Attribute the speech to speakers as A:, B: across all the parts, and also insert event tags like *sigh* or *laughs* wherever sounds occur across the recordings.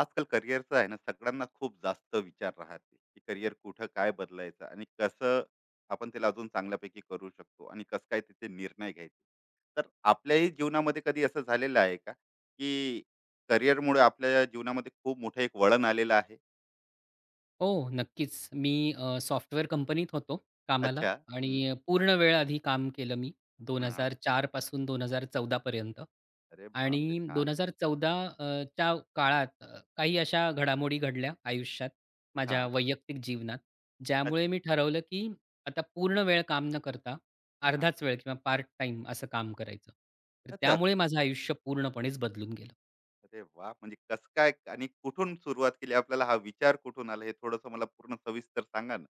A: आजकाल करिअरचं आहे ना, सगळ्यांना खूप जास्त विचार राहते की करिअर कुठं काय बदलायचं आणि कसं आपण त्याला अजून चांगल्यापैकी करू शकतो आणि कसं काय तिथे निर्णय घ्यायचे. तर आपल्याही जीवनामध्ये कधी असं झालेलं आहे का, की करिअरमुळे आपल्या जीवनामध्ये खूप मोठं एक वळण आलेलं आहे?
B: हो, नक्कीच. मी सॉफ्टवेअर कंपनीत होतो कामाला
A: अच्छा.
B: आणि
A: हम्म.
B: पूर्ण वेळ आधी काम केलं मी.
A: हा.
B: 2004 पासून 2014 पर्यंत
A: अरे
B: आणि
A: बाप रे, छान.
B: 2014 च्या काळात काही अशा घडामोडी घडल्या आयुष्यात,
A: हा.
B: माझ्या वैयक्तिक जीवनात, ज्यामुळे
A: अच्छा.
B: मी ठरवलं की आता पूर्ण वेळ काम न करता
A: हा.
B: अर्धाच वेळ किंवा पार्ट टाईम असं काम करायचं. तर
A: अच्छा,
B: त्यामुळे माझं आयुष्य पूर्णपणेच बदलून गेलं.
A: अरे वा. म्हणजे कसं काय आणि कुठून सुरुवात केली, आपल्याला हा विचार कुठून आला, हे थोडंसं मला पूर्ण सविस्तर सांगा ना.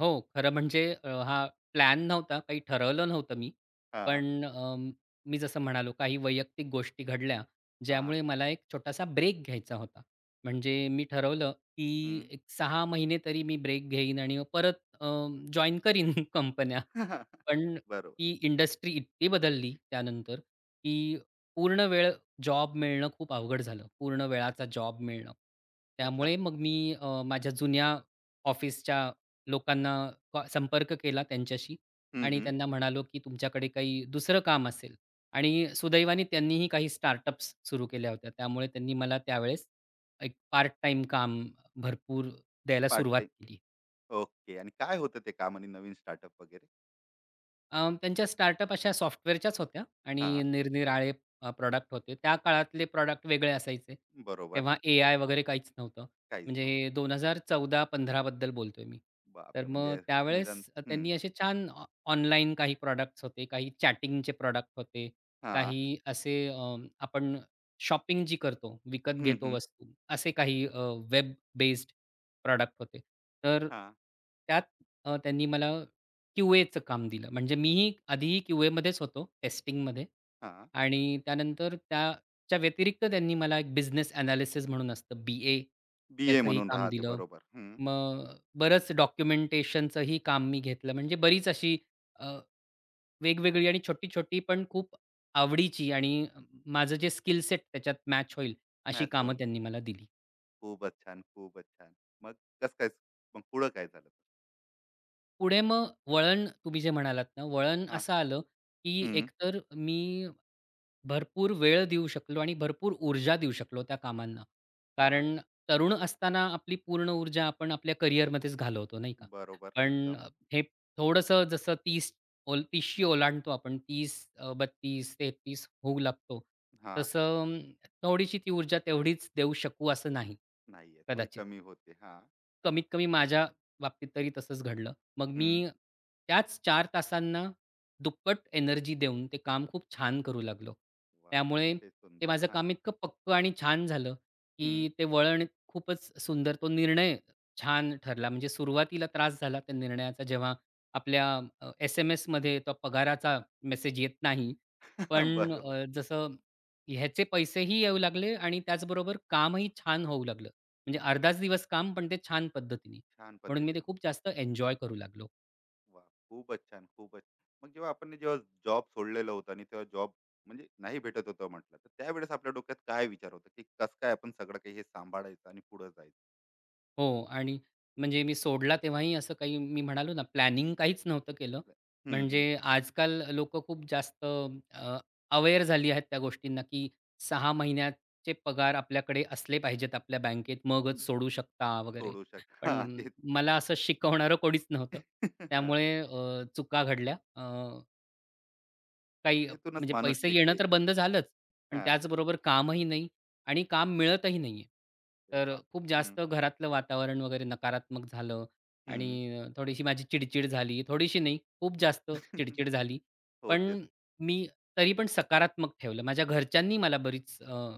B: हो. खरं म्हणजे हा प्लॅन नव्हता. काही ठरवलं नव्हतं मी.
A: हा.
B: पण मी जसं म्हणालो काही वैयक्तिक गोष्टी घडल्या,
A: हा.
B: ज्यामुळे मला एक छोटासा ब्रेक घ्यायचा होता. म्हणजे मी ठरवलं, की
A: अच्छा.
B: एक 6 महिने तरी मी ब्रेक घेईन आणि मग परत अ, जॉइन करीन *laughs* कंपन्या.
A: *laughs*
B: पण
A: बरोबर.
B: ती इंडस्ट्री इतकी बदलली त्यानंतर, की पूर्ण वेळ जॉब मिळणं खूप अवघड झालं. पूर्ण वेळाचा जॉब मिळणं.
A: अच्छा.
B: त्यामुळे मग मी माझ्या जुन्या ऑफिसच्या लोकांना संपर्क केला त्यांच्याशी
A: हं,
B: आणि
A: हं.
B: त्यांना म्हणालो, की तुमच्याकडे काही दुसरं काम असेल आणि सुदैवाने त्यांनीही काही स्टार्टअप्स सुरू केल्या होत्या. त्यामुळे त्यांनी मला त्यावेळेस एक पार्ट टाईम काम भरपूर द्यायला
A: पार्ट
B: सुरुवात
A: टाईम.
B: केली.
A: ओके. आणि काय होतं ते काम आणि नवीन स्टार्टअप वगैरे?
B: त्यांच्या स्टार्टअप अशा सॉफ्टवेअरच्याच होत्या आणि
A: हां.
B: निरनिराळे प्रॉडक्ट होते. त्या काळातले प्रॉडक्ट वेगळे असायचे.
A: बरोबर.
B: तेव्हा एआय वगैरे काहीच नव्हतं.
A: काहीच
B: म्हणजे
A: नव्हतं.
B: 2014-15 बद्दल बोलतोय मी. तर
A: बापरे!
B: मग
A: म्हणजे
B: त्यावेळेस
A: निदान हं.
B: त्यांनी असे छान ऑनलाईन काही प्रॉडक्ट्स होते, काही चॅटिंगचे प्रॉडक्ट होते,
A: हां.
B: काही असे आपण शॉपिंग जी करतो, विकत
A: हं,
B: घेतो
A: हं.
B: वस्तू, असे काही वेब बेस्ड प्रॉडक्ट होते. तर
A: हां,
B: त्यात त्यांनी मला क्यूएचं काम दिलं. म्हणजे मीही आधीही क्यूएमध्येच होतो, टेस्टिंगमध्ये
A: हां.
B: आणि त्यानंतर त्याच्या व्यतिरिक्त त्यांनी मला एक बिझनेस एनालिसिस म्हणून असतं बी-ए
A: बी-ए
B: त्याचंही
A: म्हणून
B: काम
A: राहते,
B: दिलं.
A: बरोबर. हं.
B: मग बरंच डॉक्युमेंटेशनचंही काम मी घेतलं. म्हणजे बरीच अशी अ, वेगवेगळी आणि छोटी-छोटी पण खूप आवडीची आणि माझं जे स्किल सेट त्याच्यात मॅच होईल अशी
A: मॅथ्स
B: कामं
A: होऊन.
B: त्यांनी मला दिली.
A: खूपच छान, खूपच छान. मग कसं काय? मग पुढं काय झालं?
B: पुढे मग वळण तुम्ही जे म्हणालात ना, वळण
A: हां.
B: असं आलं, की
A: हं.
B: एकतर मी भरपूर वेळ देऊ शकलो आणि भरपूर ऊर्जा देऊ शकलो त्या कामांना.
A: हां.
B: कारण तरुण असताना आपली पूर्ण ऊर्जा आपण आपल्या करिअरमध्येच घालवतो, नाही का?
A: बरोबर
B: पण
A: एकदम.
B: हे थोडंसं जसं 30 ओल 30शी ओलांडतो आपण 32-33 होऊ लागतो.
A: हां.
B: तसं थोडीशी ती ऊर्जा तेवढीच देऊ शकू असं नाही,
A: नाहीये, थोडी
B: कदाचित.
A: कमी होते. हां.
B: कमीत कमी माझ्या बाबतीत तरी तसंच घडलं. मग मी
A: हं.
B: त्याच 4 तासांना दुप्पट एनर्जी देऊन ते काम खूप छान करू लागलो.
A: वाह!
B: त्यामुळे
A: अतिशय
B: ते
A: सुंदर.
B: माझं
A: हां.
B: काम इतकं पक्कं आणि छान झालं, की
A: हं.
B: ते वळण खूपच सुंदर तो निर्णय छान ठरला. म्हणजे सुरुवातीला त्रास झाला त्या निर्णयाचा जेव्हा आपल्या एस-एम-एसमध्ये तो पगाराचा मेसेज येत नाही. पण
A: *laughs* बरोबर.
B: जसं ह्याचे पैसेही येऊ लागले आणि त्याचबरोबर कामही छान होऊ लागलं. म्हणजे
A: खूप
B: अर्धाच दिवस काम, पण ते छान पद्धतीने.
A: छान
B: म्हणून मी ते
A: पद्धतीने.
B: खूप जास्त एन्जॉय करू लागलो.
A: वाह! खूपच छान, खूपच. मग जेव्हा आपण, जेव्हा जॉब सोडलेला होता आणि तेव्हा जॉब म्हणजे नाही भेटत होतं म्हटलं, तर त्यावेळेस आपल्या डोक्यात काय विचार होता, की कसं काय आपण सगळं काही हे सांभाळायचं आणि पुढे जायचं?
B: हो आणि म्हणजे मी सोडला तेव्हाही असं काही मी म्हणालो ना, प्लॅनिंग काहीच नव्हतं केलं.
A: हं, हं.
B: म्हणजे आजकाल लोकं खूप जास्त अवेअर झाली आहेत त्या गोष्टींना, की सहा महिन्याचे पगार आपल्याकडे असले पाहिजेत आपल्या बँकेत, मगच सोडू शकता वगैरे.
A: सोडू शक, हां,
B: पण
A: तेच.
B: मला असं शिकवणारं कोणीच नव्हतं.
A: हां. *laughs*
B: त्यामुळे चुका घडल्या. काही
A: चुकीतूनच
B: म्हणजे
A: माणूस
B: पैसे येणं
A: शिकते.
B: तर बंद झालंच, पण
A: हां.
B: त्याचबरोबर कामही नाही आणि काम मिळतही नाही आहे.
A: अरे
B: तर
A: बाप!
B: खूप
A: हं,
B: जास्त घरातलं वातावरण वगैरे नकारात्मक झालं
A: हं.
B: आणि थोडीशी माझी चिडचिड झाली. थोडीशी नाही, खूप जास्त
A: *laughs*
B: चिडचिड झाली.
A: हो, तेच.
B: पण मी तरी पण सकारात्मक ठेवलं. माझ्या घरच्यांनी मला बरीच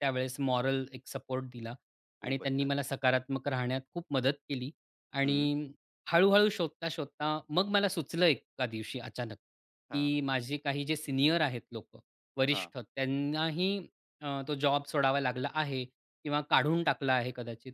B: त्यावेळेस मॉरल एक सपोर्ट दिला आणि
A: खूपच
B: त्यांनी
A: छान.
B: मला सकारात्मक राहण्यात खूप मदत केली
A: हं.
B: आणि हळू-हळू शोधता-शोधता मग मला सुचलं एका दिवशी अचानक,
A: हां,
B: की माझे काही जे सिनियर आहेत लोक
A: हां.
B: वरिष्ठ त्यांनाही तो जॉब सोडावा लागला आहे किंवा काढून टाकला आहे कदाचित.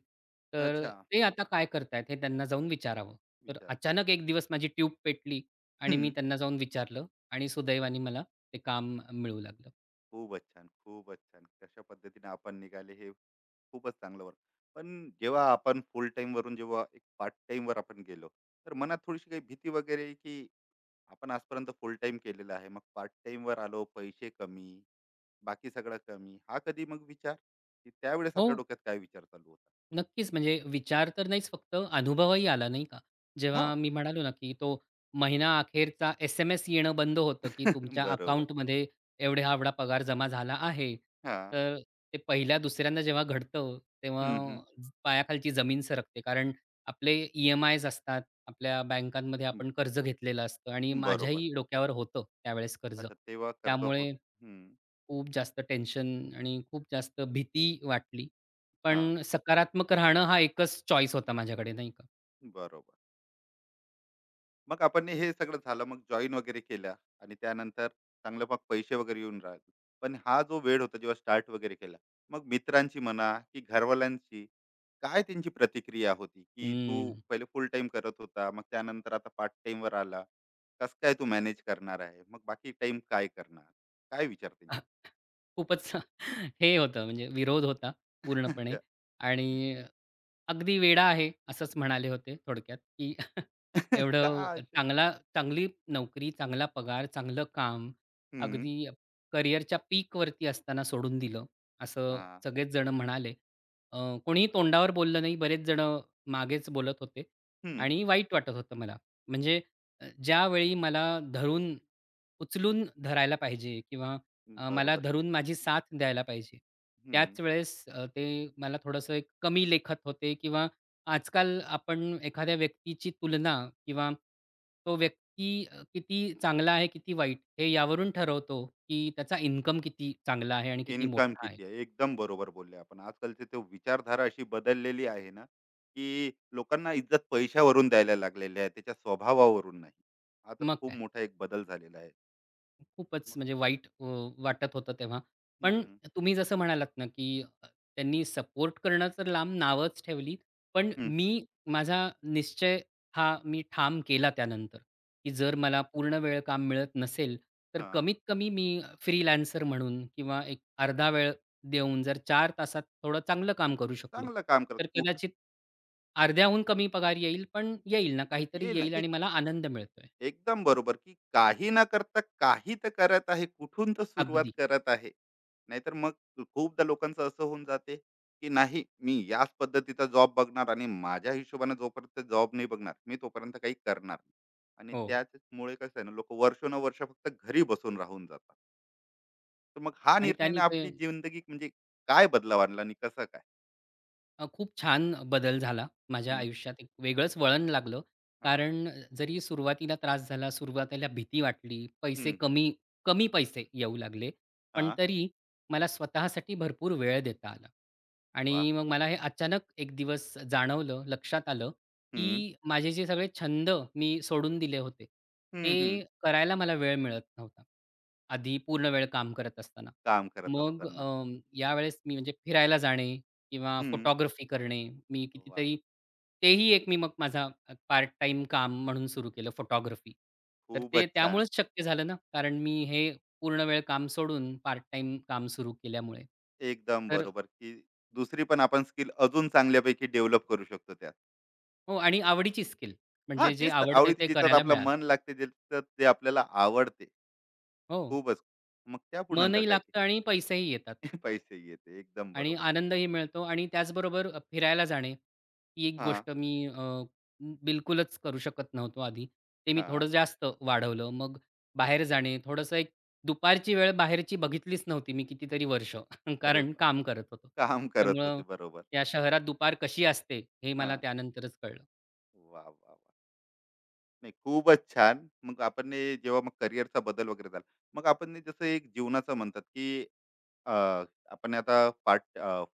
B: तर
A: अच्छा,
B: ते आता काय करतायत हे त्यांना जाऊन विचारावं. तर
A: विचार.
B: अचानक एक दिवस माझी ट्यूब पेटली आणि
A: हं.
B: मी त्यांना जाऊन विचारलं आणि सुदैवाने मला ते काम मिळू लागलं.
A: खूपच छान, खूपच छान. कशा पद्धतीने आपण निघाले हे, खूपच चांगलं वर्क. पण जेव्हा आपण फुल टाईम वरून जेव्हा एक पार्ट टाईम वर आपण गेलो, तर मनात थोडीशी काही भीती वगैरे, की आपण आजपर्यंत फुल टाईम केलेला आहे. मग पार्ट टाईम वर आलो, पैसे कमी, बाकी सगळं कमी. हा कधी मग विचार, की त्यावेळेस आपल्या
B: हो,
A: डोक्यात काय विचार चालू होता?
B: नक्कीच. म्हणजे विचार तर नाहीच फक्त अनुभवही आला नाही का? जेव्हा
A: हो.
B: मी म्हणालो ना, की तो महिना अखेरचा एस-एम-एस येणं बंद होतं, की
A: *laughs*
B: तुमच्या
A: बरोबर.
B: अकाउंटमध्ये एवढा-एवढा पगार जमा झाला आहे.
A: हां.
B: तर ते पहिल्या दुसऱ्यांदा जेव्हा घडतं, तेव्हा
A: हं, हं.
B: पायाखालची जमीन सरकते. कारण आपले ई-एम-आयज असतात. आपल्या बँकांमध्ये आपण कर्ज घेतलेलं असतं आणि
A: बरोबर.
B: माझ्याही डोक्यावर होतं त्यावेळेस कर्ज.
A: अच्छा, तेव्हा कर्ज होत.
B: त्यामुळे
A: हं.
B: खूप जास्त टेन्शन आणि खूप जास्त भीती वाटली.
A: हां.
B: पण सकारात्मक राहणं हा एकच चॉईस होता माझ्याकडे नाही का.
A: बरोबर. मग आपण हे सगळं झालं, मग जॉईन वगैरे केल्या आणि त्यानंतर चांगलं मग पैसे वगैरे येऊन राहिले. पण हा जो वेळ होता जेव्हा स्टार्ट वगैरे केला, मग मित्रांची म्हणा की घरवाल्यांची, काय त्यांची प्रतिक्रिया होती, की तू
B: हं.
A: पहिले फुल टाइम करत होता मग त्यानंतर आता पार्ट टाइम वर आला, कसं काय तू मॅनेज करणार आहे, मग बाकी टाइम काय करणार, काय विचार
B: अह,
A: त्यांचे?
B: खूपच *laughs* हे होतं म्हणजे विरोध होता
A: *laughs*
B: पूर्णपणे
A: अच्छा.
B: आणि अगदी वेडा आहे असंच म्हणाले होते थोडक्यात, की *laughs*
A: *laughs* का
B: एवढं
A: असे?
B: चांगला चांगली नोकरी, चांगला पगार, चांगलं काम
A: हम्म.
B: अगदी करिअरच्या पीकवरती असताना सोडून दिलं, असं
A: हा.
B: सगळेच जणं म्हणाले. अ, कोणीही तोंडावर बोललं नाही. बरेच जणं मागेच बोलत होते
A: हम्म.
B: आणि वाईट वाटत होतं मला. म्हणजे ज्यावेळी मला धरून उचलून धरायला पाहिजे किंवा मला
A: बरोबर की.
B: धरून माझी साथ द्यायला पाहिजे.
A: हम्म.
B: त्याच वेळेस ते मला थोडंसं एक कमी लेखत होते किंवा आजकाल आपण एखाद्या व्यक्तीची तुलना किंवा तो व्यक्ती किती चांगला आहे, किती वाईट हे यावरून ठरवतो, की त्याचा इन्कम किती चांगला आहे आणि किती
A: इन्कम
B: मोठा आहे.
A: किती आहे? एकदम बरोबर बोलले आपण. आजकालची ती विचारधारा अशी बदललेली आहे ना, की लोकांना इज्जत पैशावरून द्यायला लागलेली आहे, त्याच्या स्वभावावरून नाही. हा तर
B: मग
A: खूप
B: काय?
A: मोठा एक बदल झालेला आहे.
B: खूपच
A: मग.
B: म्हणजे वाईट वाटत होतं तेव्हा. पण
A: हं,
B: तुम्ही जसं म्हणालात ना, की त्यांनी सपोर्ट करणं तर लांब नावच ठेवली. पण
A: हं.
B: मी माझा निश्चय हा मी ठाम केला त्यानंतर, की जर
A: अच्छा.
B: मला पूर्णवेळ काम मिळत नसेल, तर
A: हां,
B: कमीत कमी मी फ्रीलान्सर म्हणून किंवा एक अर्धा वेळ देऊन जर 4 तासात थोडं चांगलं काम करू शकलो,
A: चांगलं काम करत
B: तर
A: कुठं.
B: कदाचित अर्ध्याहून कमी पगार येईल, पण येईल ना, काहीतरी
A: येईल ना,
B: येईल
A: की
B: आणि मला आनंद मिळतोय.
A: एकदम बरोबर. की काही ना करता काही तर करत आहे, कुठून तर सुरुवात
B: अगदी.
A: करत आहे. नाहीतर मग खूपदा लोकांचं असं होऊन जाते, की नाही, मी याच पद्धतीचा जॉब बघणार आणि माझ्या हिशोबाने जोपर्यंत जॉब नाही बघणार मी, तोपर्यंत काही करणार नाही. आणि
B: हो.
A: त्याचमुळे कसं आहे ना, लोक वर्षानुवर्ष फक्त घरी बसून राहून जातात. तर मग हा
B: आणि
A: निर्णयाने
B: त्याने ते
A: आपली जिंदगी म्हणजे काय बदलाव आणला आणि कसं काय?
B: खूप छान बदल झाला माझ्या
A: हम्म.
B: आयुष्यात. एक वेगळंच वळण लागलं.
A: हा.
B: कारण जरी सुरुवातीला त्रास झाला, सुरुवातीला भीती वाटली, पैसे
A: हम्म, हम्म.
B: कमी कमी पैसे येऊ लागले. पण
A: हा.
B: तरी मला स्वतःसाठी भरपूर वेळ देता आला.
A: वा.
B: आणि मग मला हे अचानक एक दिवस जाणवलं, लक्षात आलं,
A: हम्म,
B: की माझे जे सगळे छंद मी सोडून दिले होते,
A: हम्म. हम्म.
B: ते करायला मला वेळ मिळत नव्हता. आधी पूर्ण वेळ काम करत असताना.
A: काम करत
B: मग
A: असताना.
B: यावेळेस मी म्हणजे फिरायला जाणे, किंवा
A: हम्म.
B: फोटोग्राफी करणे. मी
A: वा.
B: कितीतरी तेही एक मी मग माझा पार्ट टाईम काम म्हणून सुरू केलं फोटोग्राफी. तर ते
A: खूपच छान.
B: त्यामुळेच शक्य झालं ना, कारण मी हे पूर्ण वेळ काम सोडून पार्ट टाईम काम सुरू केल्यामुळे.
A: एकदम
B: तर
A: बरोबर, की दुसरी पण आपण स्किल अजून चांगल्यापैकी डेव्हलप करू शकतो त्यात.
B: हो आणि आवडीची स्किल
A: हां,
B: म्हणजे जे
A: तेच तर,
B: आवडते
A: आवडीचे
B: ते
A: ज्याच्यात
B: करायला
A: आपलं
B: मिळालं.
A: मन लागते, ज्याच्यात जे आपल्याला आवडते.
B: हो.
A: खूपच. मग त्याहून नंतर
B: मनही
A: काय, की
B: लागतं आणि पैसेही येतात.
A: *laughs* पैसे येते. एकदम
B: आणि
A: बरोबर.
B: आनंदही मिळतो आणि त्याचबरोबर फिरायला जाणे, ही एक
A: हां,
B: गोष्ट मी बिलकुलच करू शकत नव्हतो आधी. ते मी
A: हां.
B: थोडं जास्त वाढवलं. मग बाहेर जाणे, थोडंसं एक दुपारची वेळ बाहेरची बघितलीच नव्हती मी कितीतरी वर्ष. *laughs*
A: अरे
B: कारण
A: वाह!
B: काम करत होतो.
A: काम करत
B: त्यामुळं
A: होते, बरोबर.
B: या शहरात दुपार कशी असते, हे मला
A: हां.
B: त्यानंतरच कळलं.
A: वाह, वाह, वाह! नाही, खूपच छान. मग आपण हे जेव्हा मग करिअरचा बदल वगैरे झाला, मग आपण हे जसं एक जीवनाचं म्हणतात, की अ, आपण आता पार्ट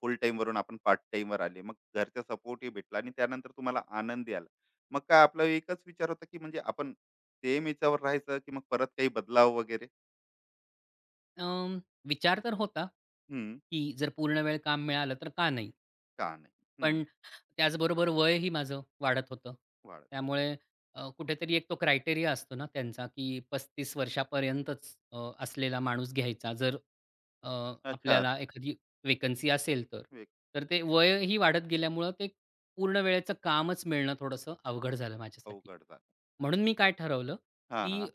A: फुल टाईम वरून आपण पार्ट टाईम वर आले. मग घरचा सपोर्टही भेटला आणि त्यानंतर तुम्हाला आनंदही आला. मग काय आपला एकच विचार होता, की म्हणजे आपण सेम ह्याच्यावर राहायचं, की मग परत काही बदलाव वगैरे?
B: अं, विचार तर होता,
A: हं.
B: की जर पूर्ण वेळ काम मिळालं तर का नाही?
A: का नाही? हं.
B: पण त्याचबरोबर वयही माझं वाढत होतं.
A: वाढत होतं.
B: त्यामुळे कुठेतरी एक तो क्रायटेरिया असतो ना त्यांचा, की 35 वर्षापर्यंतच असलेला माणूस घ्यायचा. जर अ,
A: अच्छा.
B: आपल्याला एखादी व्हेकन्सी असेल तर.
A: वेग.
B: तर ते वयही वाढत गेल्यामुळं ते पूर्ण वेळेचं कामच मिळणं थोडंसं अवघड झालं माझ्यासाठी.
A: अवघड झालं.
B: म्हणून मी काय ठरवलं,
A: हां,
B: की
A: हां.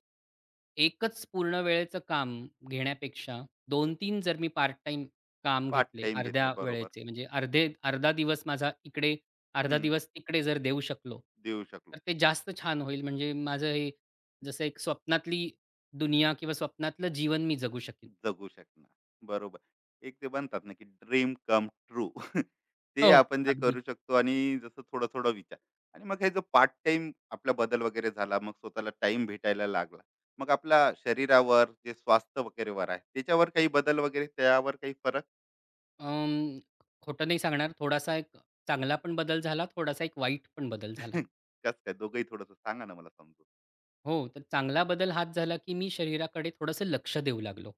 B: एकच पूर्ण वेळेचं काम घेण्यापेक्षा 2 तीन जर मी पार्ट टाइम काम
A: पार्ट
B: घेतले
A: टाईम घेतले,
B: अर्ध्या
A: बरोबर.
B: वेळेचे, म्हणजे अर्धा दिवस माझा इकडे, अर्धा
A: हं.
B: दिवस तिकडे जर देऊ शकलो,
A: देऊ
B: तर
A: शकलो.
B: ते जास्त छान होईल. म्हणजे माझं हे जसं एक स्वप्नातली दुनिया किंवा स्वप्नातलं जीवन मी जगू शकेन.
A: जगू शकणार. बरोबर. एक ते म्हणतात ना, की ड्रीम कम ट्रू. *laughs* ते
B: हो,
A: आपण जे करू
B: अगदी.
A: शकतो, आणि जसं थोडा-थोडा विचार. आणि मग हे जो पार्ट टाइम आपला बदल वगैरे झाला, मग स्वतःला टाइम भेटायला लागला. मग आपल्या शरीरावर, जे स्वास्थ्य वगैरेवर आहे, त्याच्यावर काही बदल वगैरे, त्यावर काही फरक?
B: अं, खोटं नाही सांगणार थोडासा एक चांगला पण बदल झाला, थोडासा एक वाईट पण बदल झाला.
A: *laughs* कसं काय? दोघंही थोडंसं सांगा ना मला, समजून.
B: हो, तर चांगला बदल हाच झाला, की मी शरीराकडे थोडंसं लक्ष देऊ लागलो.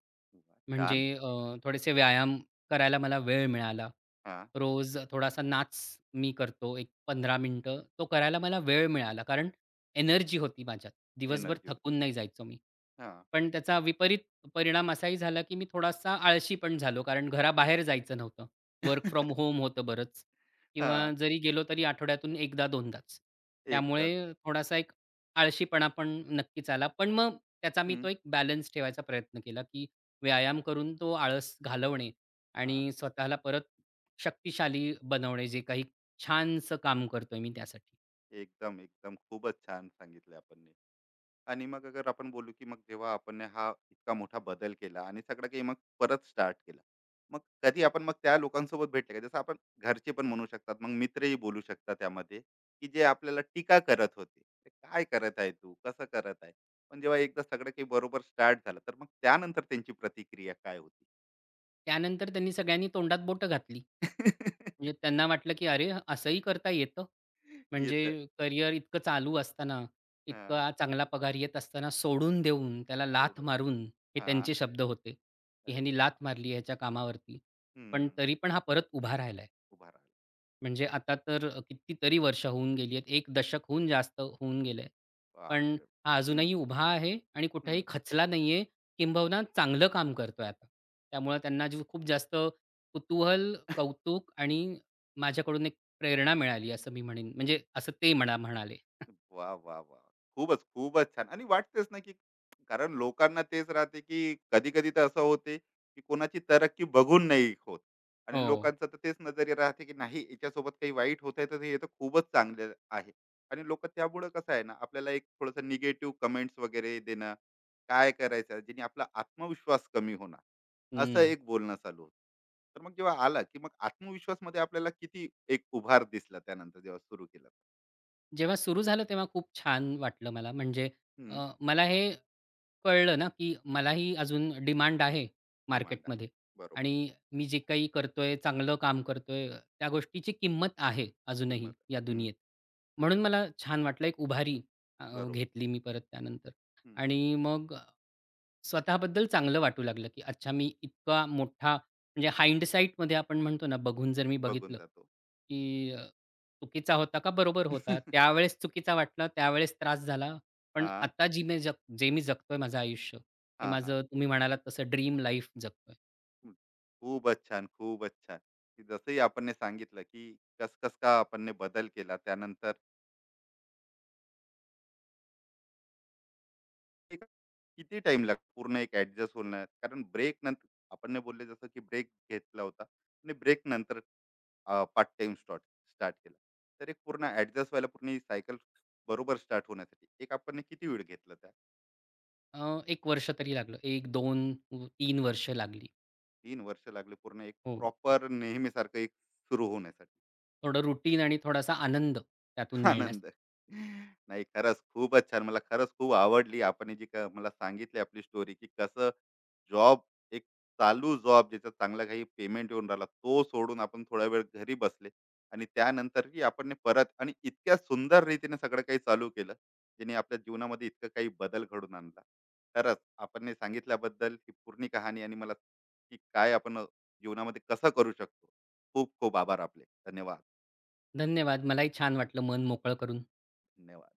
A: वा,
B: म्हणजे
A: छान.
B: थोडेसे व्यायाम करायला मला वेळ मिळाला.
A: हां.
B: रोज थोडासा नाच मी करतो, एक 15 मिनिटं. तो करायला मला वेळ मिळाला, कारण एनर्जी होती माझ्यात. दिवसभर
A: एनर्जी होती.
B: थकून नाही जायचो मी.
A: हां.
B: पण त्याचा विपरीत परिणाम असाही झाला, की मी थोडासा आळशी पण झालो. कारण घराबाहेर जायचं नव्हतं. वर्क फ्रॉम होम होतं बरंच किंवा
A: हां.
B: जरी गेलो तरी आठवड्यातून 1दा-2दाच.
A: एकदा.
B: त्यामुळे थोडासा एक आळशीपणा पण नक्कीच आला. पण मग त्याचा मी
A: हं.
B: तो एक बॅलन्स ठेवायचा प्रयत्न केला, की व्यायाम करून तो आळस घालवणे
A: हां.
B: आणि स्वतःला परत शक्तिशाली बनवणे, जे काही छानसं काम करतोय मी त्यासाठी.
A: एकदम, एकदम. खूपच छान सांगितलं आपण. आणि मग अगर आपण बोलू, की मग जेव्हा आपण ने हा इतका मोठा बदल केला आणि सगळं काही मग परत स्टार्ट केलं, मग कधी आपण मग त्या लोकांसोबत भेटले का, जसं आपण घरचे पण म्हणू शकतात, मग मित्रही बोलू शकतात त्यामध्ये, की जे आपल्याला टीका करत होते, ते काय करत आहे, तू कसं करत आहे. पण जेव्हा एकदा सगळं काही बरोबर स्टार्ट झालं, तर मग त्यानंतर त्यांची प्रतिक्रिया काय होती?
B: त्यानंतर त्यांनी सगळ्यांनी तोंडात बोटं घातली. म्हणजे
A: *laughs*
B: त्यांना वाटलं, की "अरे, असंही करता येतं? म्हणजे
A: येत.
B: करियर इतकं चालू असताना,
A: हा.
B: इतका चांगला पगार येत असताना सोडून देऊन, त्याला लाथ
A: सोडून.
B: मारून" हे
A: हा.
B: त्यांचे शब्द होते, की
A: अरे
B: "ह्यानी लाथ
A: बापरे.
B: मारली ह्याच्या कामावरती, पण
A: हम्म.
B: तरी पण हा परत उभा राहिलाय."
A: उभा राहिला.
B: म्हणजे आता तर कितीतरी वर्ष होऊन गेली आहेत. 1 दशक हून जास्त होऊन गेलंय. पण
A: बापरे.
B: हा
A: हम्म.
B: अजूनही उभा आहे आणि
A: हम्म.
B: कुठेही खचला नाहीये, किंबहुना चांगलं काम करतोय आता. त्यामुळे त्यांना जी खूप जास्त कुतूहल, कौतुक आणि माझ्याकडून एक प्रेरणा मिळाली असं मी म्हणेन. म्हणजे असं ते म्हणाले.
A: वाह! वाह! वाह! खूपच, खूपच छान. आणि वाटतेच ना, की कारण लोकांना तेच राहते, की कधी-कधी तर असं होते, की कोणाची तरक्की बघून नाही होत. आणि
B: हो.
A: लोकांचं तर तेच नजरिया राहते, की नाही, याच्यासोबत काही वाईट होत आहे, तर हे तर खूपच चांगले आहे. आणि लोकं त्यामुळं कसं आहे ना, आपल्याला एक थोडंसं निगेटिव्ह कमेंट्स वगैरे देणं, काय करायचं, जेणे आपला आत्मविश्वास कमी होणार, असं
B: हं.
A: एक बोलणं चालू होतं. तर मग जेव्हा आला, की मग आत्मविश्वासमध्ये आपल्याला किती एक उभार दिसला त्यानंतर जेव्हा सुरू केलं?
B: जेव्हा सुरू झालं तेव्हा खूप छान वाटलं मला. म्हणजे
A: हं.
B: मला हे कळलं ना, की मलाही अजून डिमांड आहे
A: डिमांड आहे,
B: मार्केटमध्ये
A: बरोबर.
B: आणि मी जे काही करतोय, चांगलं काम करतोय, त्या गोष्टीची किंमत आहे अजूनही
A: किंमत
B: या
A: आहे. हं,
B: दुनियेत. म्हणून मला छान वाटलं. एक उभारी अ,
A: बरोबर.
B: घेतली मी परत त्यानंतर
A: हं.
B: आणि मग स्वतःबद्दल चांगलं वाटू लागलं, की अच्छा मी इतका मोठा म्हणजे हाइंडसाइटमध्ये आपण म्हणतो ना, बघून जर मी
A: बघून
B: बघितलं,
A: जातो.
B: की चुकीचा होता का बरोबर होता? त्यावेळेस चुकीचा वाटला, त्यावेळेस त्रास झाला. पण
A: हां,
B: आता जी मी ज जे मी जगतोय माझं आयुष्य, ते
A: हां, हां.
B: माझं तुम्ही म्हणालात तसं ड्रीम लाईफ जगतोय.
A: हं. खूपच छान, खूपच छान. की जसंही आपण सांगितलं, की कस-कस का आपण बदल केला. त्यानंतर एक किती टाइम लागतो पूर्ण एक ॲडजस्ट होण्यात? कारण ब्रेक नंतर आपण बोलले जसं, की ब्रेक घेतला होता आणि ब्रेक नंतर पार्ट टाईम स्टार्ट स्टार्ट केला. तर एक पूर्ण ॲडजस्ट व्हायला, पूर्ण सायकल बरोबर स्टार्ट होण्यासाठी एक आपण किती वेळ घेतला?
B: अ, एक वर्ष तरी लागलं. एक दोन व 3 वर्ष लागली.
A: 3 वर्ष लागले पूर्ण एक
B: हो, हो.
A: प्रॉपर नेहमीसारखं एक सुरू होण्यासाठी.
B: थोडं रुटीन आणि थोडासा आनंद त्यातून मिळण्यास.
A: आनंद. नाही, खरंच खूपच छान. मला खरंच खूप आवडली आपण हे जी का मला सांगितली आपली स्टोरी, की कसं जॉब, एक चालू जॉब, ज्याचा चांगला काही पेमेंट येऊन राहिला, तो सोडून आपण थोडा वेळ घरी बसले आणि त्यानंतरही आपण हे परत आणि इतक्या सुंदर रीतीने सगळं काही चालू केलं, ज्याने आपल्या जीवनामध्ये इतकं काही बदल घडून आणला. खरंच आपण हे सांगितल्याबद्दल, ही पूर्ण कहाणी, आणि मला की काय आपण जीवनामध्ये कसं करू शकतो. खूप खूप आभार आपले. धन्यवाद.
B: धन्यवाद. मलाही छान वाटलं मन मोकळं करून.
A: धन्यवाद.